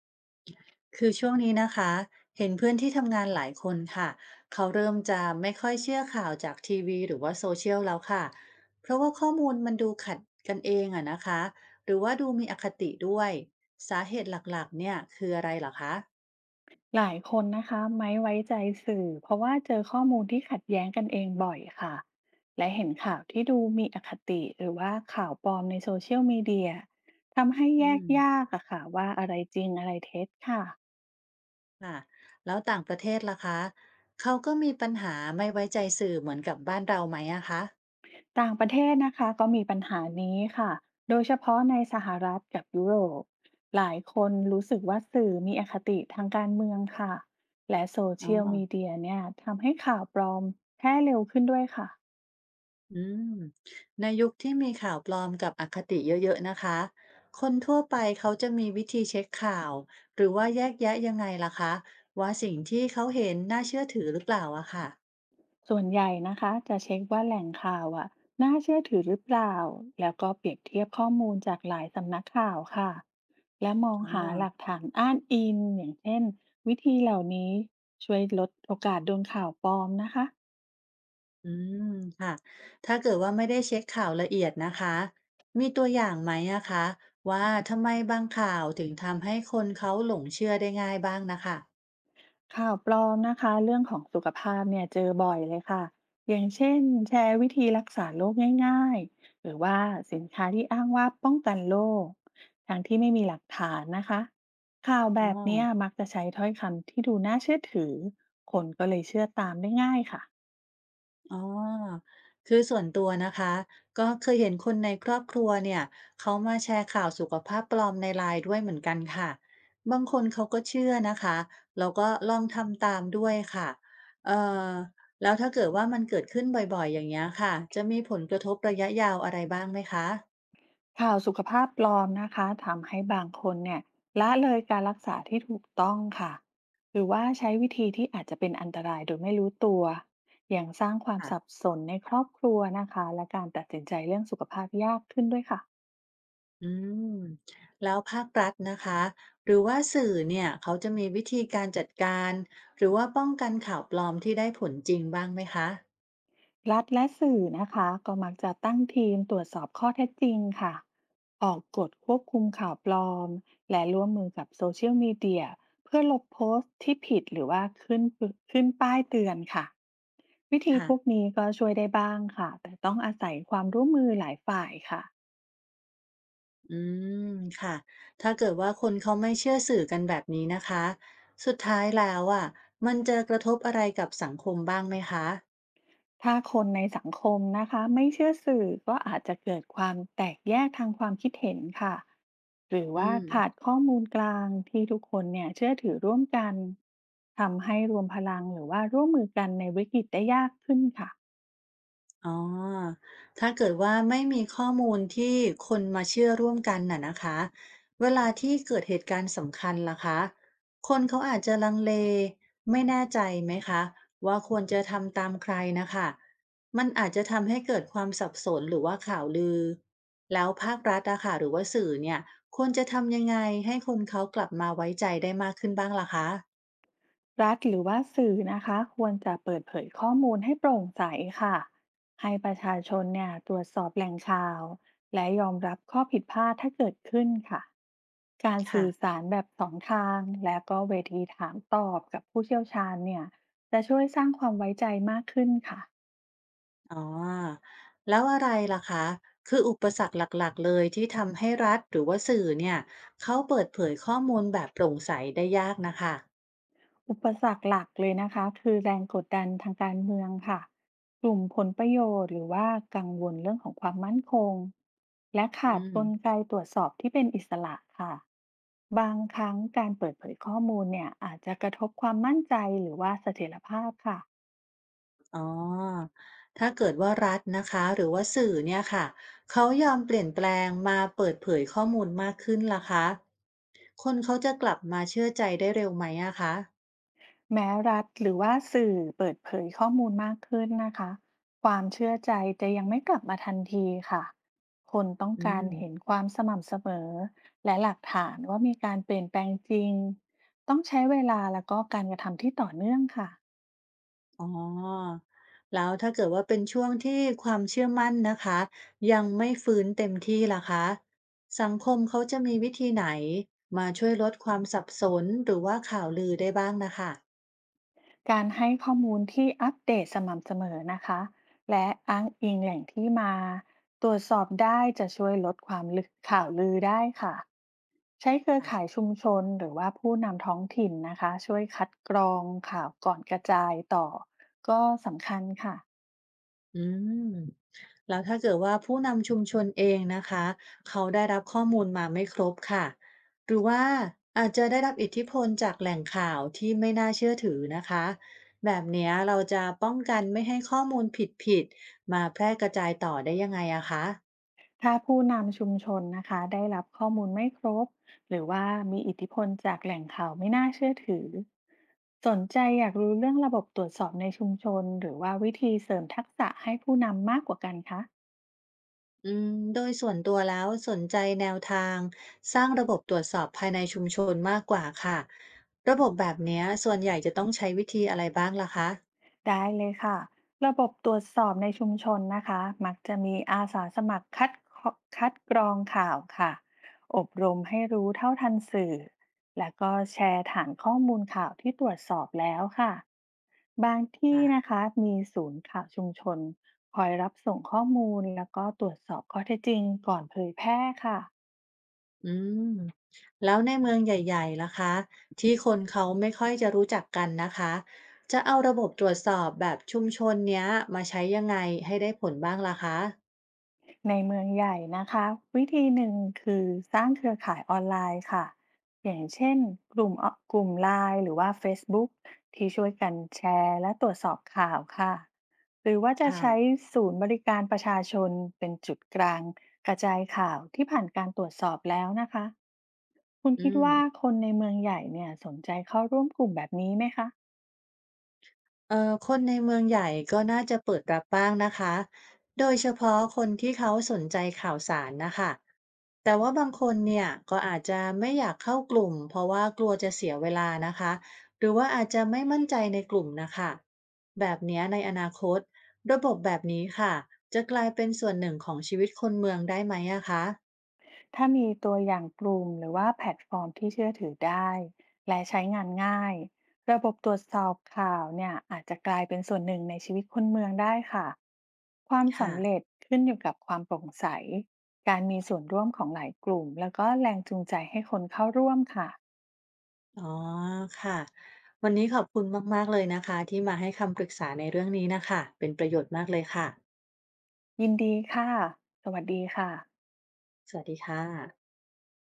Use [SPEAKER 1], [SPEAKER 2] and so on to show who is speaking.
[SPEAKER 1] คือช่วงนี้นะคะเห็นเพื่อนที่ทำงานหลายคนค่ะเขาเริ่มจะไม่ค่อยเชื่อข่าวจากทีวีหรือว่าโซเชียลแล้วค่ะเพราะว่าข้อมูลมันดูขัดกันเองอะนะคะหรือว่าดูมีอคติด้วยสาเหตุหลักๆเนี่ยคืออะไรเหรอคะ
[SPEAKER 2] หลายคนนะคะไม่ไว้ใจสื่อเพราะว่าเจอข้อมูลที่ขัดแย้งกันเองบ่อยค่ะและเห็นข่าวที่ดูมีอคติหรือว่าข่าวปลอมในโซเชียลมีเดียทำให้
[SPEAKER 1] อื
[SPEAKER 2] แยก
[SPEAKER 1] ม
[SPEAKER 2] ยากอะค่ะว่าอะไรจริงอะไรเท็จค่ะ
[SPEAKER 1] ค่ะแล้วต่างประเทศล่ะคะเขาก็มีปัญหาไม่ไว้ใจสื่อเหมือนกับบ้านเราไหมอะคะ
[SPEAKER 2] ต่างประเทศนะคะก็มีปัญหานี้ค่ะโดยเฉพาะในสหรัฐกับยุโรปหลายคนรู้สึกว่าสื่อมีอคติทางการเมืองค่ะและโซ
[SPEAKER 1] อ๋
[SPEAKER 2] เชียล
[SPEAKER 1] อ
[SPEAKER 2] มีเดียเนี่ยทำให้ข่าวปลอมแพร่เร็วขึ้นด้วยค่ะ
[SPEAKER 1] อืมในยุคที่มีข่าวปลอมกับอคติเยอะๆนะคะคนทั่วไปเขาจะมีวิธีเช็คข่าวหรือว่าแยกแยะยังไงล่ะคะว่าสิ่งที่เขาเห็นน่าเชื่อถือหรือเปล่าอะค่ะ
[SPEAKER 2] ส่วนใหญ่นะคะจะเช็คว่าแหล่งข่าวอ่ะน่าเชื่อถือหรือเปล่าแล้วก็เปรียบเทียบข้อมูลจากหลายสำนักข่าวค่ะและมอง
[SPEAKER 1] อ๋อ
[SPEAKER 2] หาหลักฐานอ้างอิงอย่างเช่นวิธีเหล่านี้ช่วยลดโอกาสโดนข่าวปลอมนะคะ
[SPEAKER 1] อืมค่ะถ้าเกิดว่าไม่ได้เช็คข่าวละเอียดนะคะมีตัวอย่างไหมอะคะว่าทำไมบางข่าวถึงทำให้คนเขาหลงเชื่อได้ง่ายบ้างนะคะ
[SPEAKER 2] ข่าวปลอมนะคะเรื่องของสุขภาพเนี่ยเจอบ่อยเลยค่ะอย่างเช่นแชร์วิธีรักษาโรคง่ายๆหรือว่าสินค้าที่อ้างว่าป้องกันโรคทั้งที่ไม่มีหลักฐานนะคะข่าวแบ
[SPEAKER 1] อ๋อ
[SPEAKER 2] บเนี้ยมักจะใช้ถ้อยคำที่ดูน่าเชื่อถือคนก็เลยเชื่อตามได้ง่ายค่ะ
[SPEAKER 1] อ๋อคือส่วนตัวนะคะ ก็เคยเห็นคนในครอบครัวเนี่ยเขามาแชร์ข่าวสุขภาพปลอมในไลน์ด้วยเหมือนกันค่ะบางคนเขาก็เชื่อนะคะแล้วก็ลองทำตามด้วยค่ะเอ่อแล้วถ้าเกิดว่ามันเกิดขึ้นบ่อยๆ อย่างเงี้ยค่ะ จะมีผลกระทบระยะยาวอะไรบ้างไหมคะ
[SPEAKER 2] ข่าวสุขภาพปลอมนะคะทำให้บางคนเนี่ยละเลยการรักษาที่ถูกต้องค่ะหรือว่าใช้วิธีที่อาจจะเป็นอันตรายโดยไม่รู้ตัวอย่างสร้างความ
[SPEAKER 1] ค่ะ
[SPEAKER 2] สับสนในครอบครัวนะคะและการตัดสินใจเรื่องสุขภาพยากขึ้นด้วยค่ะ
[SPEAKER 1] อืมแล้วภาครัฐนะคะหรือว่าสื่อเนี่ย เขาจะมีวิธีการจัดการ หรือว่าป้องกันข่าวปลอมที่ได้ผลจริงบ้างไหมคะ
[SPEAKER 2] รัฐและสื่อนะคะก็มักจะตั้งทีมตรวจสอบข้อเท็จจริงค่ะออกกฎควบคุมข่าวปลอมและร่วมมือกับโซเชียลมีเดียเพื่อลบโพสต์ที่ผิดหรือว่าขึ้นป้ายเตือนค่ะ วิธี
[SPEAKER 1] ค่ะ
[SPEAKER 2] พวกนี้ก็ช่วยได้บ้างค่ะแต่ต้องอาศัยความร่วมมือหลายฝ่ายค่ะ
[SPEAKER 1] อืมค่ะ ถ้าเกิดว่าคนเขาไม่เชื่อสื่อกันแบบนี้นะคะ สุดท้ายแล้วอ่ะมันจะกระทบอะไรกับสังคมบ้างไหมคะ
[SPEAKER 2] ถ้าคนในสังคมนะคะไม่เชื่อสื่อก็อาจจะเกิดความแตกแยกทางความคิดเห็นค่ะหรือ
[SPEAKER 1] อื
[SPEAKER 2] ว่า
[SPEAKER 1] ม
[SPEAKER 2] ขาดข้อมูลกลางที่ทุกคนเนี่ยเชื่อถือร่วมกันทำให้รวมพลังหรือว่าร่วมมือกันในวิกฤตได้ยากขึ้นค่ะ
[SPEAKER 1] อ๋อถ้าเกิดว่าไม่มีข้อมูลที่คนมาเชื่อร่วมกันน่ะนะคะ เวลาที่เกิดเหตุการณ์สำคัญล่ะคะ คนเขาอาจจะลังเล ไม่แน่ใจไหมคะว่าควรจะทำตามใครนะคะ มันอาจจะทำให้เกิดความสับสนหรือว่าข่าวลือ แล้วภาครัฐอะค่ะหรือว่าสื่อเนี่ยควรจะทำยังไงให้คนเขากลับมาไว้ใจได้มากขึ้นบ้างล่ะคะ
[SPEAKER 2] รัฐหรือว่าสื่อนะคะควรจะเปิดเผยข้อมูลให้โปร่งใสค่ะให้ประชาชนเนี่ยตรวจสอบแหล่งข่าวและยอมรับข้อผิดพลาดถ้าเกิดขึ้นค่ะการ
[SPEAKER 1] ค่ะ
[SPEAKER 2] สื่อสารแบบสองทางและก็เวทีถามตอบกับผู้เชี่ยวชาญเนี่ยจะช่วยสร้างความไว้ใจมากขึ้นค่ะ
[SPEAKER 1] อ๋อแล้วอะไรล่ะคะคืออุปสรรคหลักๆเลยที่ทำให้รัฐหรือว่าสื่อเนี่ยเขาเปิดเผยข้อมูลแบบโปร่งใสได้ยากนะคะ
[SPEAKER 2] อุปสรรคหลักเลยนะคะคือแรงกดดันทางการเมืองค่ะกลุ่มผลประโยชน์หรือว่ากังวลเรื่องของความมั่นคงและ
[SPEAKER 1] อื
[SPEAKER 2] ขาด
[SPEAKER 1] ม
[SPEAKER 2] กลไกตรวจสอบที่เป็นอิสระค่ะบางครั้งการเปิดเผยข้อมูลเนี่ยอาจจะกระทบความมั่นใจหรือว่าเสถียรภาพค่ะ
[SPEAKER 1] อ๋อถ้าเกิดว่ารัฐนะคะหรือว่าสื่อเนี่ยค่ะเขายอมเปลี่ยนแปลงมาเปิดเผยข้อมูลมากขึ้นล่ะคะคนเขาจะกลับมาเชื่อใจได้เร็วไหมอะคะ
[SPEAKER 2] แม้รัฐหรือว่าสื่อเปิดเผยข้อมูลมากขึ้นนะคะความเชื่อใจจะยังไม่กลับมาทันทีค่ะคนต้อง
[SPEAKER 1] อื
[SPEAKER 2] การ
[SPEAKER 1] ม
[SPEAKER 2] เห็นความสม่ำเสมอและหลักฐานว่ามีการเปลี่ยนแปลงจริงต้องใช้เวลาแล้วก็การกระทำที่ต่อเนื่องค่ะ
[SPEAKER 1] อ๋อแล้วถ้าเกิดว่าเป็นช่วงที่ความเชื่อมั่นนะคะยังไม่ฟื้นเต็มที่ล่ะคะสังคมเขาจะมีวิธีไหนมาช่วยลดความสับสนหรือว่าข่าวลือได้บ้างนะคะ
[SPEAKER 2] การให้ข้อมูลที่อัปเดตสม่ำเสมอนะคะและอ้างอิงแหล่งที่มาตรวจสอบได้จะช่วยลดความลึกข่าวลือได้ค่ะใช้เครือข่าย
[SPEAKER 1] ะ
[SPEAKER 2] ชุมชนหรือว่าผู้นำท้องถิ่นนะคะช่วยคัดกรองข่าวก่อนกระจายต่อก็สำคัญค่ะ
[SPEAKER 1] อืมแล้วถ้าเกิดว่าผู้นำชุมชนเองนะคะเขาได้รับข้อมูลมาไม่ครบค่ะหรือว่าอาจจะได้รับอิทธิพลจากแหล่งข่าวที่ไม่น่าเชื่อถือนะคะแบบเนี้ยเราจะป้องกันไม่ให้ข้อมูลผิดๆมาแพร่กระจายต่อได้ยังไงอะคะ
[SPEAKER 2] ถ้าผู้นำชุมชนนะคะได้รับข้อมูลไม่ครบหรือว่ามีอิทธิพลจากแหล่งข่าวไม่น่าเชื่อถือสนใจอยากรู้เรื่องระบบตรวจสอบในชุมชนหรือว่าวิธีเสริมทักษะให้ผู้นำมากกว่ากันคะ
[SPEAKER 1] อืมโดยส่วนตัวแล้วสนใจแนวทางสร้างระบบตรวจสอบภายในชุมชนมากกว่าค่ะระบบแบบเนี้ยส่วนใหญ่จะต้องใช้วิธีอะไรบ้างล่ะคะ
[SPEAKER 2] ได้เลยค่ะระบบตรวจสอบในชุมชนนะคะมักจะมีอาสาสมัครคคัดกรองข่าวค่ะอบรมให้รู้เท่าทันสื่อและก็แชร์ฐานข้อมูลข่าวที่ตรวจสอบแล้วค่ะบางที่
[SPEAKER 1] ค่ะ
[SPEAKER 2] นะคะมีศูนย์ข่าวชุมชนคอยรับส่งข้อมูลแล้วก็ตรวจสอบข้อเท็จจริงก่อนเผยแพร่ค่ะ
[SPEAKER 1] อืมแล้วในเมืองใหญ่ๆล่ะคะที่คนเขาไม่ค่อยจะรู้จักกันนะคะจะเอาระบบตรวจสอบแบบชุมชนเนี้ยมาใช้ยังไงให้ได้ผลบ้างล่ะคะ
[SPEAKER 2] ในเมืองใหญ่นะคะวิธีหนึ่งคือสร้างเครือข่ายออนไลน์ค่ะอย่างเช่นกลุ่มไลน์หรือว่า Facebook ที่ช่วยกันแชร์และตรวจสอบข่าวค่ะหรือว่าจะ
[SPEAKER 1] ค่ะ
[SPEAKER 2] ใช้ศูนย์บริการประชาชนเป็นจุดกลางกระจายข่าวที่ผ่านการตรวจสอบแล้วนะคะคุณ
[SPEAKER 1] อื
[SPEAKER 2] คิด
[SPEAKER 1] ม
[SPEAKER 2] ว่าคนในเมืองใหญ่เนี่ยสนใจเข้าร่วมกลุ่มแบบนี้ไหมคะ
[SPEAKER 1] คนในเมืองใหญ่ก็น่าจะเปิดรับบ้างนะคะ โดยเฉพาะคนที่เขาสนใจข่าวสารนะคะ แต่ว่าบางคนเนี่ยก็อาจจะไม่อยากเข้ากลุ่มเพราะว่ากลัวจะเสียเวลานะคะ หรือว่าอาจจะไม่มั่นใจในกลุ่มนะคะแบบเนี้ยในอนาคตระบบแบบนี้ค่ะจะกลายเป็นส่วนหนึ่งของชีวิตคนเมืองได้ไหมอะคะ
[SPEAKER 2] ถ้ามีตัวอย่างกลุ่มหรือว่าแพลตฟอร์มที่เชื่อถือได้และใช้งานง่ายระบบตรวจสอบข่าวเนี่ยอาจจะกลายเป็นส่วนหนึ่งในชีวิตคนเมืองได้ค่ะความ
[SPEAKER 1] ค่ะ
[SPEAKER 2] สำเร็จขึ้นอยู่กับความโปร่งใสการมีส่วนร่วมของหลายกลุ่มแล้วก็แรงจูงใจให้คนเข้าร่วมค่ะ
[SPEAKER 1] อ๋อค่ะวันนี้ขอบคุณมากๆเลยนะคะที่มาให้คำปรึกษาในเรื่องนี้นะคะเป็นประโยชน์มากเลยค่ะ
[SPEAKER 2] ยินดีค่ะสวัสดีค่ะ
[SPEAKER 1] สวัสดีค่ะ